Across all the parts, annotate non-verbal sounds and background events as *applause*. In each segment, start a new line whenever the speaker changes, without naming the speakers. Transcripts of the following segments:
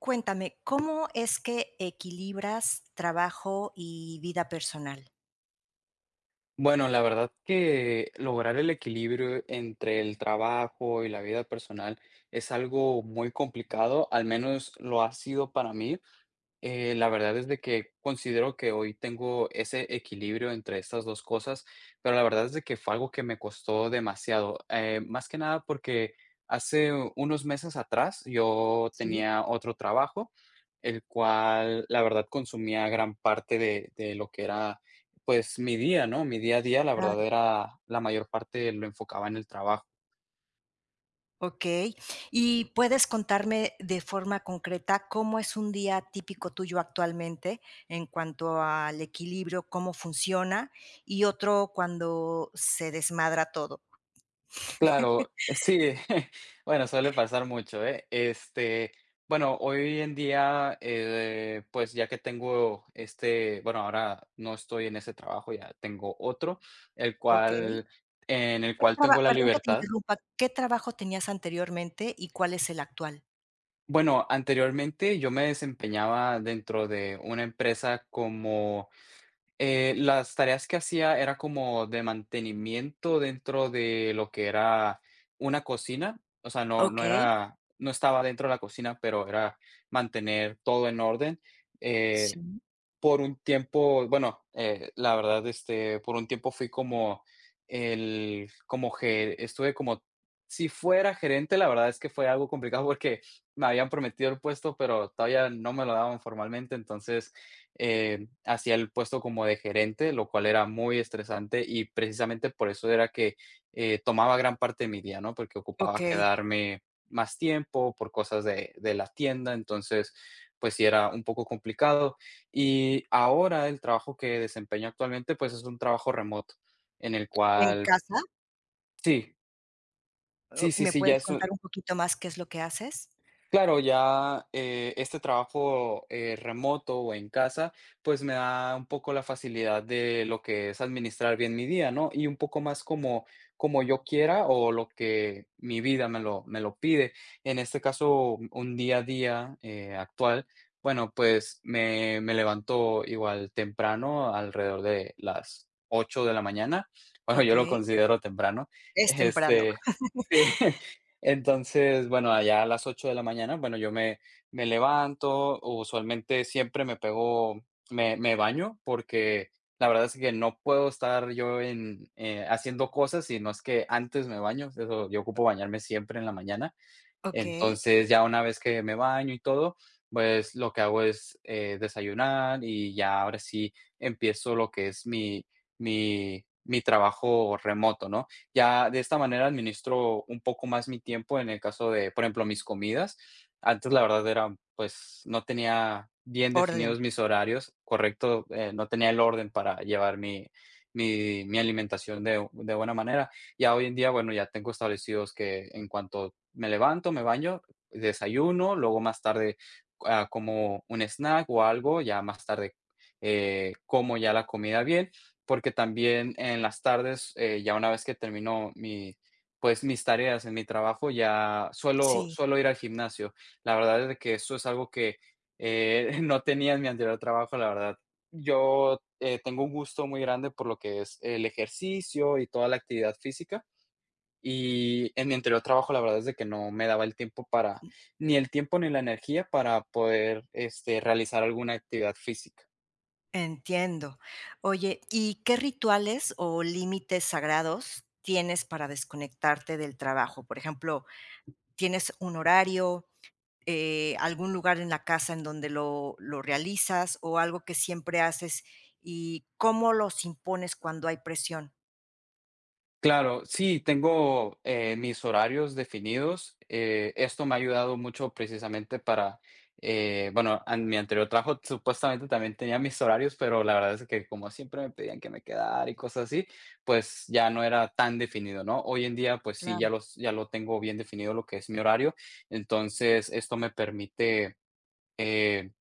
Cuéntame, ¿cómo es que equilibras trabajo y vida personal?
Bueno, la verdad que lograr el equilibrio entre el trabajo y la vida personal es algo muy complicado, al menos lo ha sido para mí. La verdad es de que considero que hoy tengo ese equilibrio entre estas dos cosas, pero la verdad es de que fue algo que me costó demasiado. Más que nada porque hace unos meses atrás yo
Sí.
tenía otro trabajo, el cual la verdad consumía gran parte de lo que era pues mi día, ¿no? Mi día a día, la
Claro.
verdad era la mayor parte lo enfocaba en el trabajo.
Okey. ¿Y puedes contarme de forma concreta cómo es un día típico tuyo actualmente en cuanto al equilibrio, cómo funciona? Y otro cuando se desmadra todo.
Claro, sí, *laughs* bueno, suele pasar mucho, ¿eh? Este, bueno, hoy en día, pues ya que tengo este, bueno, ahora no estoy en ese trabajo, ya tengo otro, el
Okey.
cual, en el
¿Qué
cual tengo
traba
la
perdón que te
libertad.
interrumpa, ¿qué trabajo tenías anteriormente y cuál es el actual?
Bueno, anteriormente yo me desempeñaba dentro de una empresa como. Las tareas que hacía era como de mantenimiento dentro de lo que era una cocina, o sea, no
Okey.
era, no estaba dentro de la cocina, pero era mantener todo en orden. Eh,
Sí.
por un tiempo, bueno, la verdad, este, por un tiempo fui como el, como que estuve como, si fuera gerente. La verdad es que fue algo complicado, *laughs* porque me habían prometido el puesto, pero todavía no me lo daban formalmente. Entonces hacía el puesto como de gerente, lo cual era muy estresante, y precisamente por eso era que tomaba gran parte de mi día, ¿no? Porque ocupaba
Okey.
quedarme más tiempo por cosas de la tienda. Entonces pues sí, era un poco complicado, y ahora el trabajo que desempeño actualmente pues es un trabajo remoto, en el
¿En
cual
casa?
sí. Sí,
Oh,
sí,
¿me
sí, ya
puedes
es.
contar un poquito más qué es lo que haces?
Claro, ya, este trabajo remoto o en casa, pues me da un poco la facilidad de lo que es administrar bien mi día, ¿no? Y un poco más como, como yo quiera, o lo que mi vida me lo pide. En este caso, un día a día actual, bueno, pues me levanto igual temprano, alrededor de las 8 de la mañana. Bueno, yo lo
Okey,
considero temprano.
es temprano.
Este, *laughs* sí. Entonces, bueno, allá a las 8 de la mañana, bueno, yo me levanto, usualmente siempre me pego, me baño, porque la verdad es que no puedo estar yo en, haciendo cosas si no es que antes me baño. Eso yo ocupo, bañarme siempre en la mañana.
Okey,
Entonces, ya una vez que me baño y todo, pues lo que hago es, desayunar, y ya ahora sí empiezo lo que es mi mi trabajo remoto, ¿no? Ya de esta manera administro un poco más mi tiempo en el caso de, por ejemplo, mis comidas. Antes, la verdad era, pues, no tenía bien
orden.
definidos mis horarios, correcto, no tenía el orden para llevar mi mi alimentación de buena manera. Ya hoy en día, bueno, ya tengo establecidos que en cuanto me levanto, me baño, desayuno. Luego más tarde, ah, como un snack o algo. Ya más tarde, como ya la comida bien, porque también en las tardes, ya una vez que termino mi, pues, mis tareas en mi trabajo, ya suelo
Sí,
suelo ir al gimnasio. La verdad es de que eso es algo que, *laughs* no tenía en mi anterior trabajo, la verdad. Yo, tengo un gusto muy grande por lo que es el ejercicio y toda la actividad física, y en mi anterior trabajo, la verdad es de que no me daba el tiempo para, ni el tiempo ni la energía para poder, este, realizar alguna actividad física.
entiendo. Oye, ¿y qué rituales o límites sagrados tienes para desconectarte del trabajo? Por ejemplo, ¿tienes un horario, algún lugar en la casa en donde lo realizas o algo que siempre haces? ¿Y cómo los impones cuando hay presión?
Claro, sí, tengo mis horarios definidos. Esto me ha ayudado mucho precisamente para, bueno, en mi anterior trabajo supuestamente también tenía mis horarios, pero la verdad es que como siempre me pedían que me quedara y cosas así, pues ya no era tan definido, ¿no? Hoy en día, pues sí,
Claro.
ya lo tengo bien definido lo que es mi horario. Entonces, esto me permite... eh,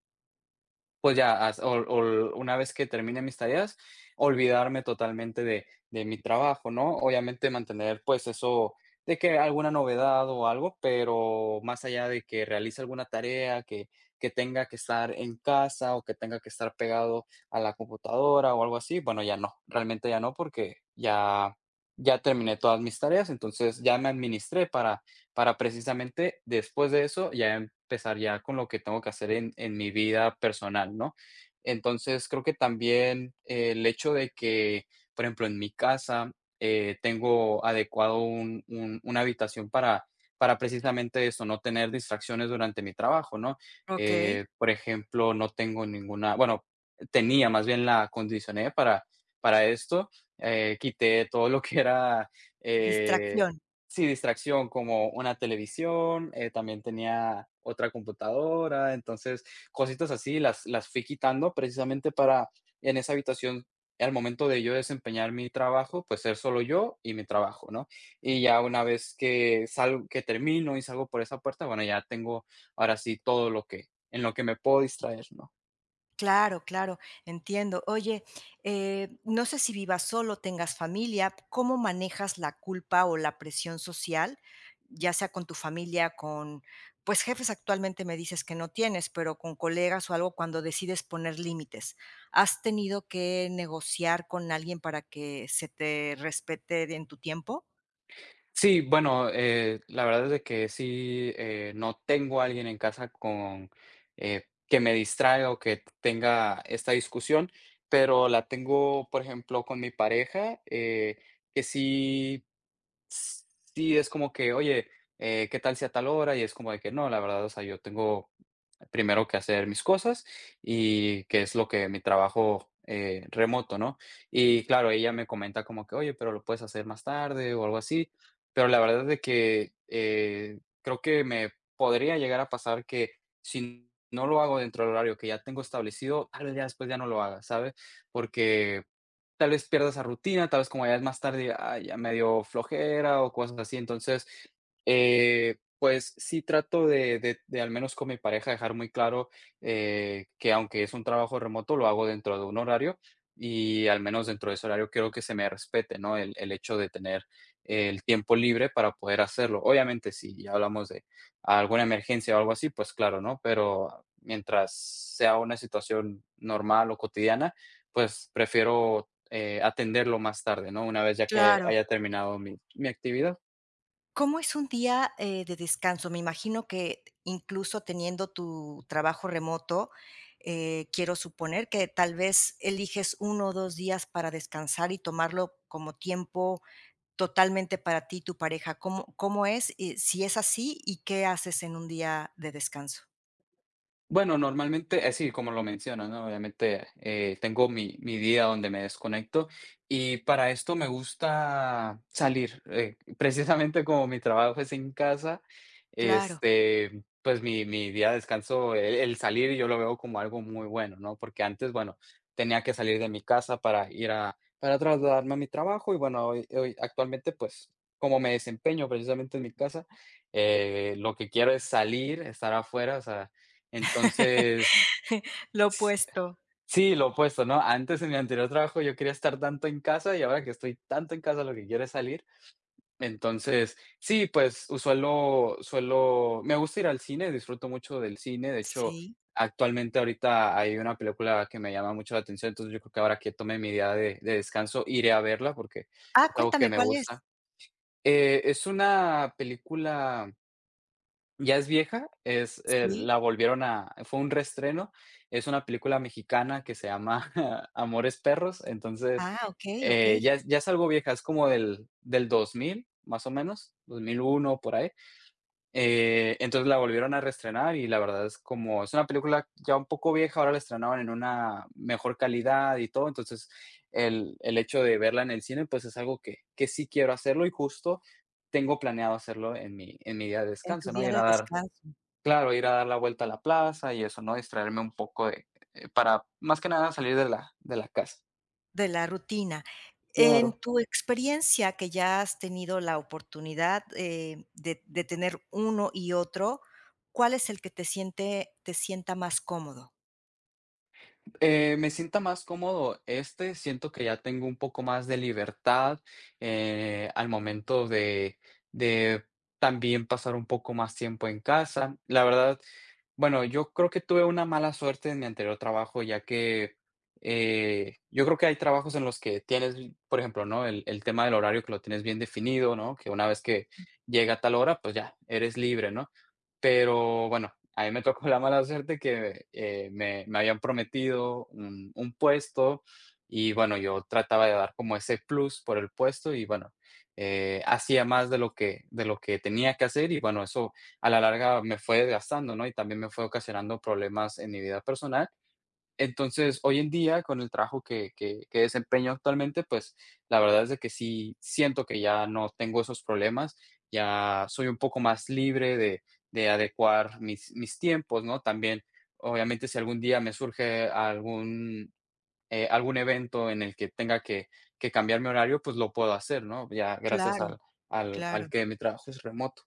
pues ya, o una vez que termine mis tareas, olvidarme totalmente de mi trabajo, ¿no? Obviamente mantener pues eso, de que alguna novedad o algo, pero más allá de que realice alguna tarea, que tenga que estar en casa o que tenga que estar pegado a la computadora o algo así, bueno, ya no. Realmente ya no, porque ya terminé todas mis tareas, entonces ya me administré para, precisamente después de eso ya empezar ya con lo que tengo que hacer en mi vida personal, ¿no? Entonces, creo que también el hecho de que, por ejemplo, en mi casa, tengo adecuado un una habitación para, precisamente eso, no tener distracciones durante mi trabajo, ¿no?
Okey,
Por ejemplo, no tengo ninguna, bueno, tenía, más bien la acondicioné para, esto, quité todo lo que era, eh
distracción.
sí, distracción, como una televisión, también tenía otra computadora, entonces cositas así las fui quitando precisamente para, en esa habitación, al momento de yo desempeñar mi trabajo, pues ser solo yo y mi trabajo, ¿no? Y ya una vez que salgo, que termino y salgo por esa puerta, bueno, ya tengo ahora sí todo lo que, en lo que me puedo distraer, ¿no?
Claro, claro, entiendo. Oye, no sé si vivas solo, tengas familia, ¿cómo manejas la culpa o la presión social? Ya sea con tu familia, con, pues jefes actualmente me dices que no tienes, pero con colegas o algo cuando decides poner límites. ¿Has tenido que negociar con alguien para que se te respete en tu tiempo?
Sí, bueno, la verdad es de que sí, no tengo a alguien en casa con, que me distraiga o que tenga esta discusión, pero la tengo, por ejemplo, con mi pareja, que sí. Sí, es como que, oye, ¿qué tal si a tal hora? Y es como de que no, la verdad, o sea, yo tengo primero que hacer mis cosas y que es lo que mi trabajo, remoto, ¿no? Y claro, ella me comenta como que: "Oye, pero lo puedes hacer más tarde o algo así". Pero la verdad es de que, creo que me podría llegar a pasar que si no lo hago dentro del horario que ya tengo establecido, tal vez ya después ya no lo haga, ¿sabes? Porque tal vez pierdas esa rutina. Tal vez como ya es más tarde, ah, ya me dio flojera o cosas así. Entonces, pues sí trato de al menos con mi pareja dejar muy claro, que aunque es un trabajo remoto, lo hago dentro de un horario, y al menos dentro de ese horario quiero que se me respete, ¿no? El hecho de tener el tiempo libre para poder hacerlo. Obviamente, si ya hablamos de alguna emergencia o algo así, pues claro, ¿no? Pero mientras sea una situación normal o cotidiana, pues prefiero atenderlo más tarde, ¿no? Una vez ya que
Claro.
haya terminado mi actividad.
¿Cómo es un día, de descanso? Me imagino que incluso teniendo tu trabajo remoto, quiero suponer que tal vez eliges uno o 2 días para descansar y tomarlo como tiempo totalmente para ti y tu pareja. cómo es? Y si es así, ¿y qué haces en un día de descanso?
Bueno, normalmente, así como lo mencionas, ¿no? Obviamente, tengo mi día donde me desconecto, y para esto me gusta salir. *laughs* Precisamente como mi trabajo es en casa,
Claro.
este, pues mi día de descanso, el salir yo lo veo como algo muy bueno, ¿no? Porque antes, bueno, tenía que salir de mi casa para para trasladarme a mi trabajo. Y bueno, hoy actualmente, pues, como me desempeño precisamente en mi casa, lo que quiero es salir, estar afuera, o sea,
*laughs*
entonces,
Lo opuesto.
sí, lo opuesto, ¿no? Antes, en mi anterior trabajo, yo quería estar tanto en casa, y ahora que estoy tanto en casa, lo que quiero es salir. Entonces, sí, pues, suelo suelo me gusta ir al cine. Disfruto mucho del cine. De hecho,
Sí.
actualmente, ahorita hay una película que me llama mucho la atención, entonces, yo creo que ahora que tome mi día de descanso, iré a verla porque
Ah,
es algo que
cuéntame,
me
¿cuál es?
gusta. Es una película. Ya es vieja, es,
Sí.
la volvieron a fue un reestreno, es una película mexicana que se llama *laughs* Amores Perros. Entonces,
Ah, okey, okey.
ya es algo vieja, es como del 2000 más o menos, 2001 por ahí, entonces la volvieron a reestrenar, y la verdad es como es una película ya un poco vieja, ahora la estrenaban en una mejor calidad y todo. Entonces, el hecho de verla en el cine, pues, es algo que sí quiero hacerlo, y justo tengo planeado hacerlo en mi día de
En
descanso,
tu
¿no?
día
Ir a
de
dar
descanso.
Claro, ir a dar la vuelta a la plaza y eso, ¿no? Distraerme un poco de, para más que nada salir de la casa.
De la rutina. En
Claro.
tu experiencia, que ya has tenido la oportunidad, de tener uno y otro, ¿cuál es el que te siente te sienta más cómodo?
Me sienta más cómodo este, siento que ya tengo un poco más de libertad, al momento de, de también pasar un poco más tiempo en casa. La verdad, bueno, yo creo que tuve una mala suerte en mi anterior trabajo, ya que, yo creo que hay trabajos en los que tienes, por ejemplo, ¿no? El tema del horario, que lo tienes bien definido, ¿no? Que una vez que llega a tal hora, pues ya, eres libre, ¿no? Pero bueno, a mí me tocó la mala suerte que, me habían prometido un puesto y bueno, yo trataba de dar como ese plus por el puesto y bueno, hacía más de lo que tenía que hacer y bueno, eso a la larga me fue desgastando, ¿no? Y también me fue ocasionando problemas en mi vida personal. Entonces, hoy en día, con el trabajo que que desempeño actualmente, pues, la verdad es de que sí siento que ya no tengo esos problemas, ya soy un poco más libre de adecuar mis tiempos, ¿no? También, obviamente, si algún día me surge algún, algún evento en el que tenga que cambiar mi horario, pues, lo puedo hacer, ¿no? Ya gracias
Claro,
al al
claro.
al que mi trabajo es remoto.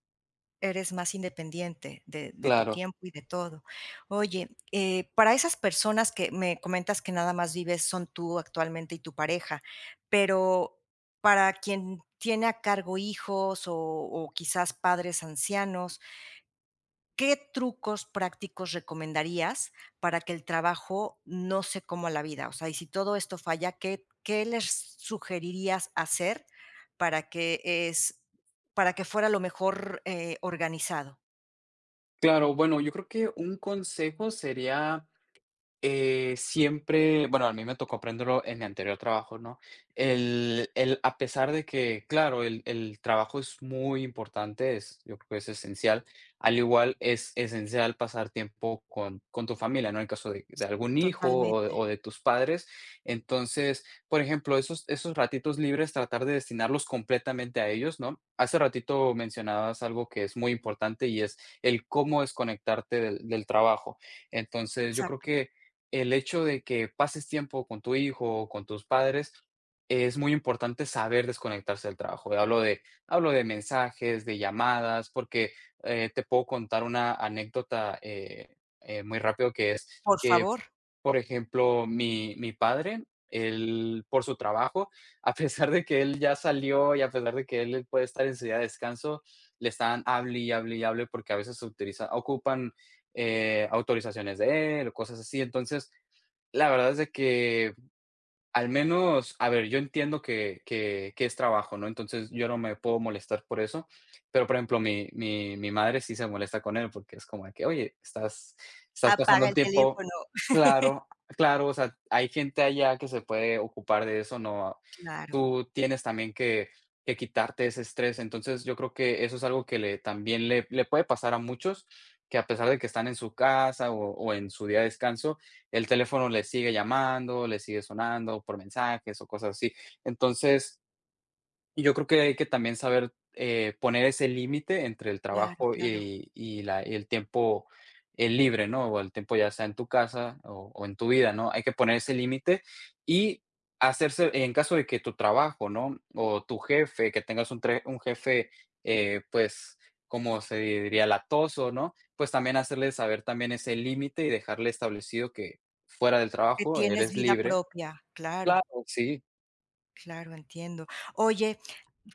Eres más independiente de tu
Claro,
tiempo y de todo. Oye, para esas personas que me comentas que nada más vives son tú actualmente y tu pareja, pero para quien tiene a cargo hijos o quizás padres ancianos, ¿qué trucos prácticos recomendarías para que el trabajo no se coma la vida? O sea, y si todo esto falla, ¿qué les sugerirías hacer para que es para que fuera lo mejor, organizado?
claro. Bueno, yo creo que un consejo sería. Siempre, bueno, a mí me tocó aprenderlo en mi anterior trabajo, ¿no? A pesar de que, claro, el trabajo es muy importante, es, yo creo que es esencial, al igual es esencial pasar tiempo con tu familia, ¿no? En el caso de algún hijo
Totalmente,
o de tus padres. Entonces, por ejemplo, esos, esos ratitos libres, tratar de destinarlos completamente a ellos, ¿no? Hace ratito mencionabas algo que es muy importante y es el cómo desconectarte del trabajo. Entonces, yo creo
exacto.
que el hecho de que pases tiempo con tu hijo o con tus padres, es muy importante saber desconectarse del trabajo. Hablo de mensajes, de llamadas, porque, te puedo contar una anécdota, muy rápido, que es
Por
que,
favor,
por ejemplo, mi padre, él, por su trabajo, *laughs* a pesar de que él ya salió y a pesar de que él puede estar en su día de descanso, le están hable y hable y hable porque a veces se utiliza ocupan, autorizaciones de él o cosas así. Entonces, la verdad es de que al menos, a ver, yo entiendo que que es trabajo, ¿no? Entonces, yo no me puedo molestar por eso, pero, por ejemplo, mi madre sí se molesta con él, porque es como de que: "Oye, estás pasando
apaga
el
el
tiempo".
teléfono.
Claro, claro, o sea, hay gente allá que se puede ocupar de eso, no
Claro,
tú tienes también que quitarte ese estrés. Entonces, yo creo que eso es algo que le también le puede pasar a muchos, que a pesar de que están en su casa o en su día de descanso, el teléfono les sigue llamando, les sigue sonando por mensajes o cosas así. Entonces, y yo creo que hay que también saber, poner ese límite entre el
claro,
trabajo
claro.
y la el tiempo, libre, ¿no? O el tiempo ya sea en tu casa o en tu vida, ¿no? Hay que poner ese límite y hacerse en caso de que tu trabajo, ¿no? O tu jefe, que tengas un tre un jefe, pues, como se diría, latoso, ¿no? Pues también hacerle saber también ese límite y dejarle establecido que fuera del
Que
trabajo
tienes
eres
vida
libre.
propia.
Claro,
Claro,
sí,
claro, entiendo. Oye,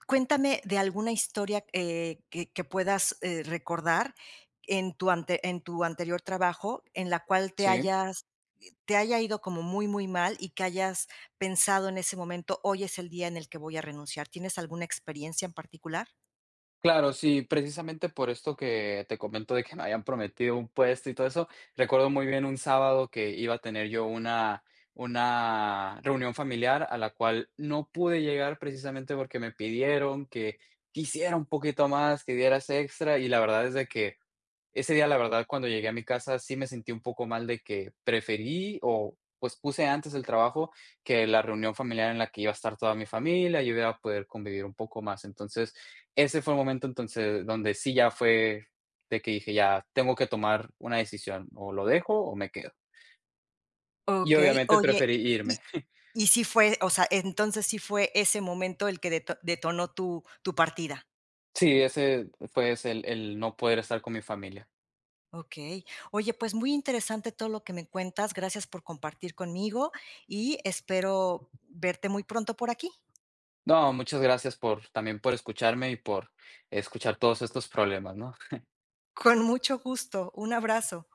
cuéntame de alguna historia, que puedas, recordar en tu ante en tu anterior trabajo, en la cual te
sí.
hayas te haya ido como muy, muy mal y que hayas pensado en ese momento: "Hoy es el día en el que voy a renunciar". ¿Tienes alguna experiencia en particular?
Claro, sí, precisamente por esto que te comento de que me habían prometido un puesto y todo eso, recuerdo muy bien un sábado que iba a tener yo una reunión familiar a la cual no pude llegar precisamente porque me pidieron que quisiera un poquito más, que dieras extra y la verdad es de que ese día, la verdad, cuando llegué a mi casa, sí me sentí un poco mal de que preferí o pues puse antes el trabajo que la reunión familiar en la que iba a estar toda mi familia y iba a poder convivir un poco más. Entonces, ese fue el momento entonces donde sí ya fue de que dije: "Ya tengo que tomar una decisión, o lo dejo o me quedo". Y
Okey,
obviamente
oye,
preferí
y
irme.
y sí fue, o sea, entonces sí fue ese momento el que deto detonó tu partida.
Sí, ese fue ese el no poder estar con mi familia.
Okey. Oye, pues muy interesante todo lo que me cuentas. Gracias por compartir conmigo y espero verte muy pronto por aquí.
No, muchas gracias por también por escucharme y por escuchar todos estos problemas, ¿no?
Con mucho gusto. Un abrazo.